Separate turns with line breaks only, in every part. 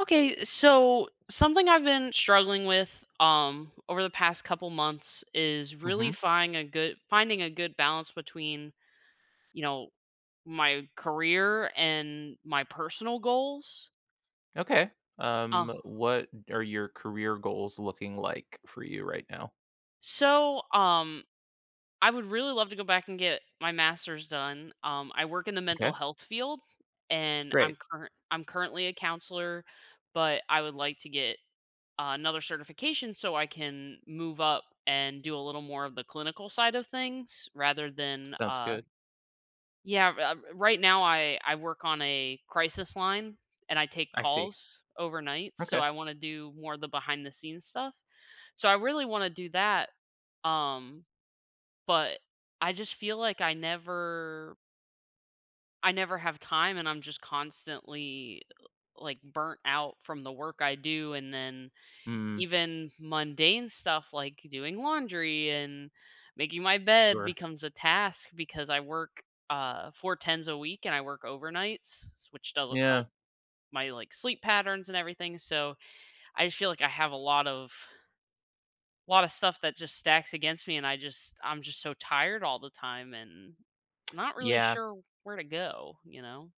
Okay, so something I've been struggling with over the past couple months is really
Mhm.
finding a good balance between, you know, my career and my personal goals.
Okay.
Uh
What are your career goals looking like for you right now?
so um I would really love to go back and get my master's done. I work in the mental
Okay.
health field and
Great.
I'm currently a counselor, but I would like to get another certification so I can move up and do a little more of the clinical side of things rather than
Sounds good.
right now I work on a crisis line and I take
I see.
calls overnight, so
Okay.
I want to do more of the behind the scenes stuff. So I really want to do that, um but I just feel like I never have time and I'm just constantly like burnt out from the work I do, and then
Mm,
even mundane stuff like doing laundry and making my bed
sure.
becomes a task because I work four tens a week and I work overnights, which doesn't help
Yeah.
my like sleep patterns and everything. So I just feel like I have a lot of stuff that just stacks against me, and I'm just so tired all the time and not really
Yeah.
sure where to go, you know?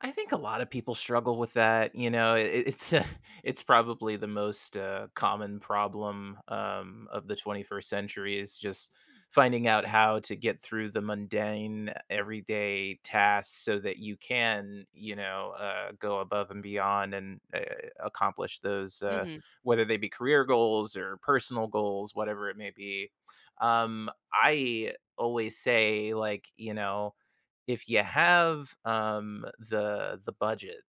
I think a lot of people struggle with that, you know, it it's a it's probably the most, common problem, of the 21st century is just finding out how to get through the mundane everyday tasks so that you can, go above and beyond and, accomplish those,
Mm-hmm.
whether they be career goals or personal goals, whatever it may be. I always say, like, if you have, the budget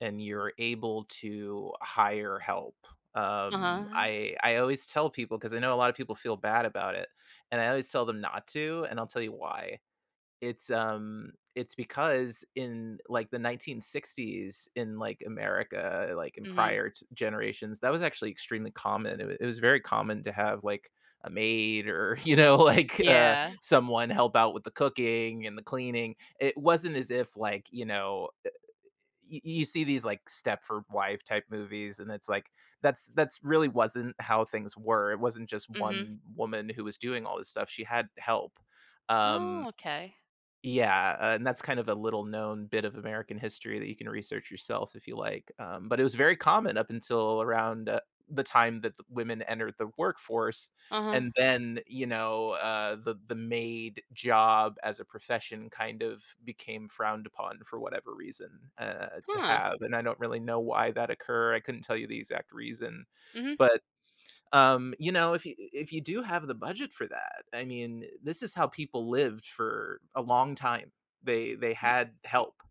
and you're able to hire help. um
Uh-huh.
i i always tell people because I know a lot of people feel bad about it, and I always tell them not to, and I'll tell you why. It's, it's because in, like, the 1960s, in, like, America, like, in
Mm-hmm.
prior t generations, that was actually extremely common. It was very common to have, like, a maid, or like,
Yeah.
someone help out with the cooking and the cleaning. It wasn't as if, like, you know, y you see these, like, Stepford Wife type movies, and it's like, that's really wasn't how things were. It wasn't just
Mm-hmm.
one woman who was doing all this stuff. She had help.
Oh,
Um
okay.
yeah, and that's kind of a little known bit of American history that you can research yourself if you like. But it was very common up until around, the time that the women entered the workforce,
Uh-huh.
and then the maid job as a profession kind of became frowned upon for whatever reason, to
Huh.
have. And I don't really know why that occur. I couldn't tell you the exact reason,
Mm-hmm.
but if you do have the budget for that. I mean, this is how people lived for a long time. They had help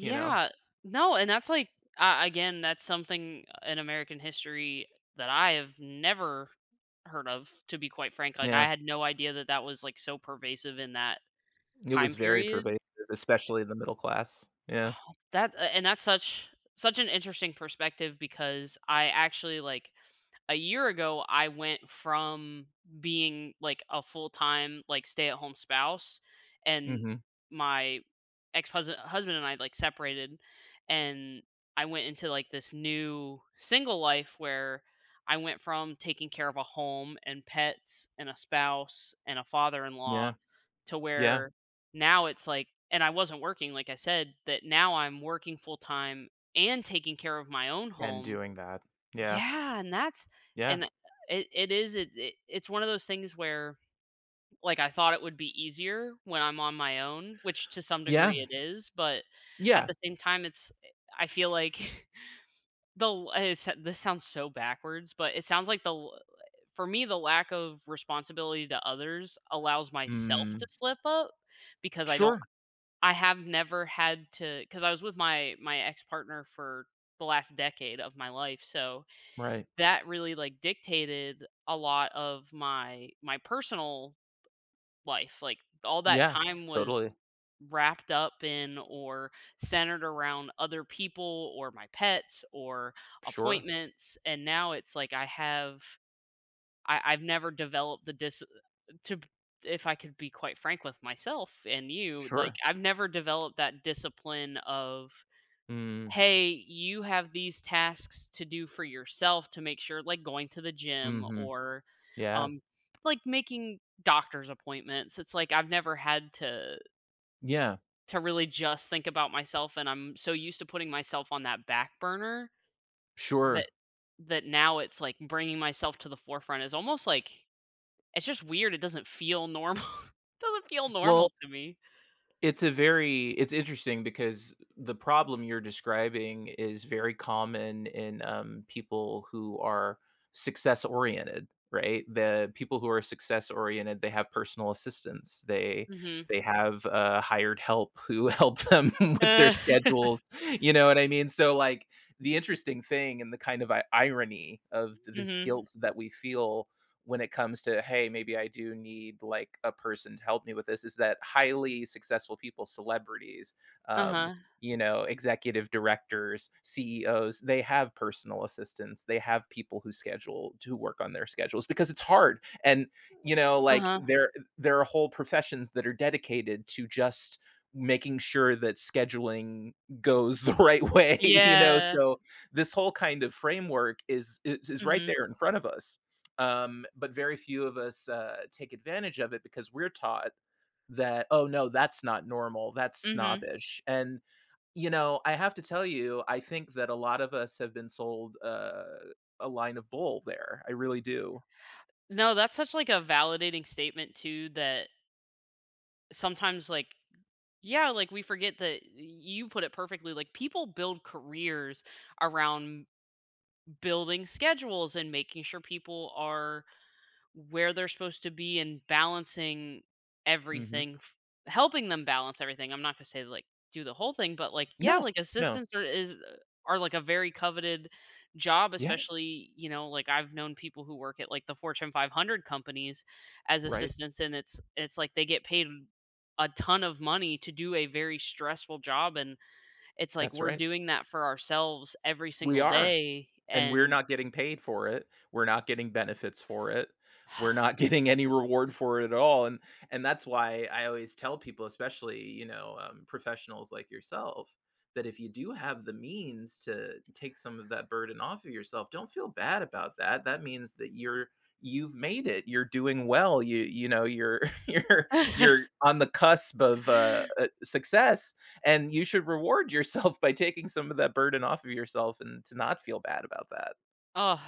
you know
No, and that's like again, that's something in American history that I have never heard of, to be quite frank. Like
yeah,
I had no idea that that was like so pervasive in that
it
time
was very
period.
pervasive, especially the middle class. Yeah.
Oh, that and that's such an interesting perspective because I actually, like, a year ago I went from being like a full-time like stay-at-home spouse, and
Mhm.
my ex-husband husband and I like separated, and I went into like this new single life where I went from taking care of a home and pets and a spouse and a
Yeah.
father-in-law to
Yeah.
where now it's like, and I wasn't working like I said, that now I'm working full-time and taking care of my own
And
home.
doing that. Yeah.
Yeah, and that's
Yeah.
and it it's one of those things where like I thought it would be easier when I'm on my own, which to some
Yeah.
degree it is, but at
Yeah.
the same time it's I feel like it's this sounds so backwards, but it sounds like for me the lack of responsibility to others allows myself to
Mm.
slip up because I don't
Sure.
I have never had to, cuz I was with my ex-partner for the last decade of my life, so
Right.
that really, like, dictated a lot of my personal life, like, all that
Yeah.
time was
Totally.
wrapped up in or centered around other people or my pets or
Sure.
appointments, and now it's like I have I've never developed the dis to if I could be quite frank with myself and you, like,
Sure.
I've never developed that discipline of,
Mm.
hey, you have these tasks to do for yourself to make sure, like going to the gym
Mhm.
or
Yeah.
um, like making doctor's appointments. It's like I've never had
Yeah.
to really just think about myself, and I'm so used to putting myself on that back burner that
Sure.
now it's like bringing myself to the forefront is almost like it's just weird. It doesn't feel normal. It doesn't feel
Well,
normal to me.
It's a very it's interesting because the problem you're describing is very common in, people who are success oriented, right? The people who are success oriented, they have personal assistants. They
Hmm.
they have, hired help who help them with their
Uh,
schedules, you know what I mean? So, like, the interesting thing and the kind of I irony of this
hmm.
guilt that we feel when it comes to, hey, maybe I do need, like, a person to help me with this, is that highly successful people, celebrities, um
Uh-huh.
executive directors, CEOs, they have personal assistants. They have people who schedule, who work on their schedules, because it's hard. And like,
Uh-huh.
there are whole professions that are dedicated to just making sure that scheduling goes the right way,
Yeah.
so this whole kind of framework is right
Hmm.
there in front of us, but very few of us, take advantage of it because we're taught that, oh, no, that's not normal, that's
Hmm.
snobbish. And I have to tell you, I think that a lot of us have been sold, a line of bull there. I really do.
No, that's such like a validating statement too that sometimes like yeah, like we forget that you put it perfectly. Like people build careers around building schedules and making sure people are where they're supposed to be and balancing
Hmm.
everything, helping them balance everything. I'm not gonna say like do the whole thing, but like yeah,
No.
like
No.
assistants are like a very coveted job,
Yeah.
especially, you know, like I've known people who work at like the Fortune 500 companies as
Right.
assistants, and it's like they get paid a ton of money to do a very stressful job, and it's like
That's
we're
right.
doing that for ourselves every
We
single
are.
day
And we're
and
not getting paid for it. We're not getting benefits for it. We're not getting any reward for it at all. And that's why I always tell people, especially, professionals like yourself, that if you do have the means to take some of that burden off of yourself, don't feel bad about that. That means that you've made it. You're doing well. You're you're you're on the cusp of, success. And you should reward yourself by taking some of that burden off of yourself and to not feel bad about that.
oh.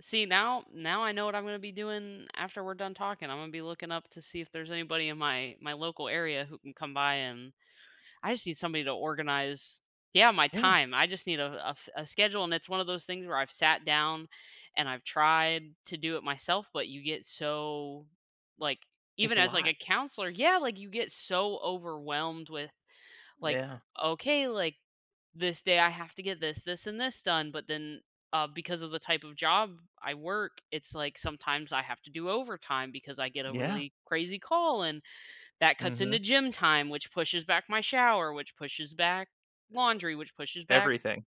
See now, now I know what I'm going to be doing after we're done talking. I'm going to be looking up to see if there's anybody in my local area who can come by, and I just need somebody to organize. Yeah, my
Yeah,
time. I just need a a schedule, and it's one of those things where I've sat down and I've tried to do it myself, but you get so like even
it's a
as like
lot.
a counselor, yeah, like you get so overwhelmed with like,
Yeah.
okay, like this day I have to get this and this done, but then because of the type of job I work, it's like sometimes I have to do overtime because I get a
Yeah.
really crazy call, and that cuts into
Mhm.
gym time, which pushes back my shower, which pushes back laundry, which pushes back
Everything.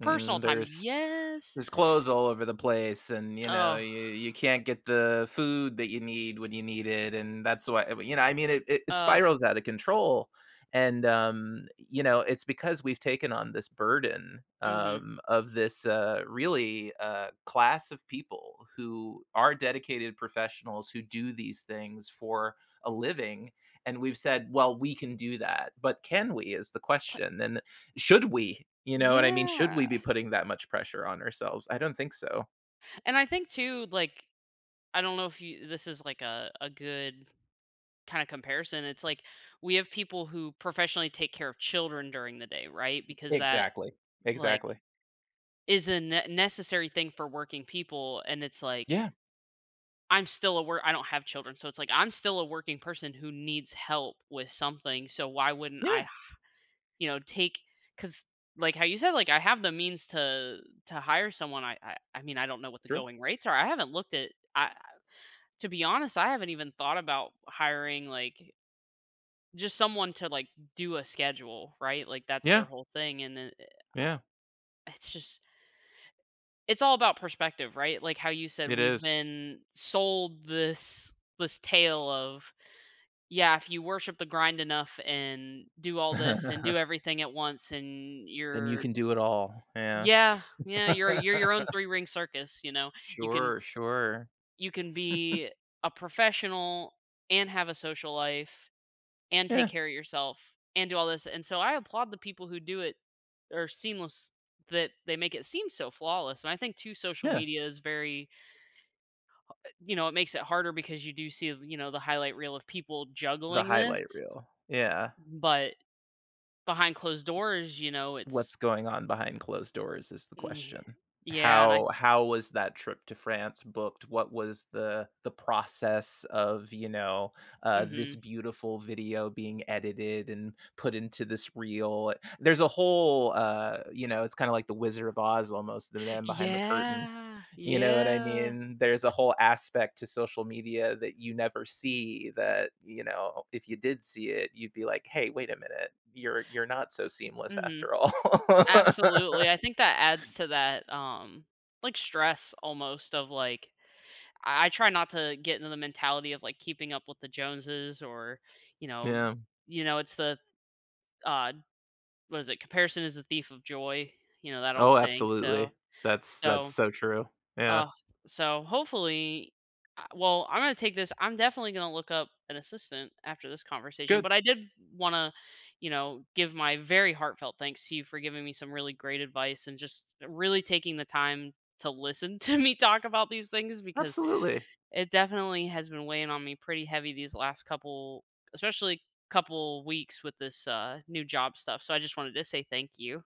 personal
Mm,
time.
there's
Yes.
There's clothes all over the place, and you know,
Oh.
you you can't get the food that you need when you need it. And that's why, I mean, it
Uh.
spirals out of control. And it's because we've taken on this burden,
Mm-hmm.
of this, really, class of people who are dedicated professionals who do these things for a living. And we've said, well, we can do that, but can we? Is the question. And should we? You know what I mean? Should
Yeah,
we be putting that much pressure on ourselves? I don't think so.
and I think too, like, I don't know if you this is like a good kind of comparison, it's like we have people who professionally take care of children during the day, right? Because that
Exactly.
like
Exactly.
is a necessary thing for working people, and it's like
Yeah.
I'm still a work. I don't have children, so it's like I'm still a working person who needs help with something. So why wouldn't I,
Yeah.
you know, take, because like how you said, like I have the means to hire someone. I mean I don't know what the
True.
going rates are. I haven't looked at. I, to be honest, I haven't even thought about hiring like just someone to, like, do a schedule, right? Like, that's their
Yeah.
whole thing, and then,
Yeah.
it's just it's all about perspective, right? Like how you said,
It
we've
is.
been sold this tale of, yeah, if you worship the grind enough and do all this and
Then
do everything at once and
you
you're
can do it all. Yeah.
yeah, yeah, you're your own three-ring circus, you know? You can
Sure. Sure.
be a professional and have a social life and take
Yeah.
care of yourself and do all this. And so I applaud the people who do it or seamless, that they make it seem so flawless. And I think too social
Yeah.
media is very you know, it makes it harder because you do see, you know, the highlight reel of people
The
juggling this,
highlight reel. Yeah.
but behind closed doors, you know, it's
What's going on behind closed doors is the
eh,
question.
yeah, and I
How was that trip to France booked? What was the process of,
mhm.
this beautiful video being edited and put into this reel? There's a whole, it's kinda like The Wizard of Oz almost, the man behind the curtain.
Yeah,
You know what I
yeah.
mean? There's a whole aspect to social media that you never see that, if you did see it, you'd be like, "Hey, wait a minute. You're not so seamless
Mhm.
after all."
Absolutely. I think that adds to that, like stress almost of like I try not to get into the mentality of like keeping up with the Joneses or, you know,
Yeah.
it's the uh what is it? Comparison is the thief of joy, you know, that old
Oh,
saying. So
absolutely. That's
so
so true.
uh
Yeah.
so hopefully well, I'm going to take this. I'm definitely going to look up an assistant after this conversation,
Good.
but I did want to, you know, give my very heartfelt thanks to you for giving me some really great advice and just really taking the time to listen to me talk about these things because
Absolutely.
it definitely has been weighing on me pretty heavy these last couple especially couple weeks with this, new job stuff, so I just wanted to say thank you.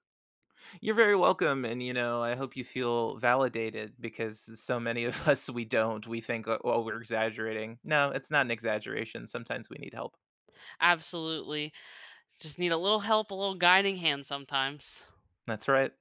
You're very welcome, and, I hope you feel validated because so many of us, we don't. We think, "Oh, oh, we're exaggerating." No, it's not an exaggeration. Sometimes we need help.
Absolutely. Just need a little help, a little guiding hand sometimes.
That's right.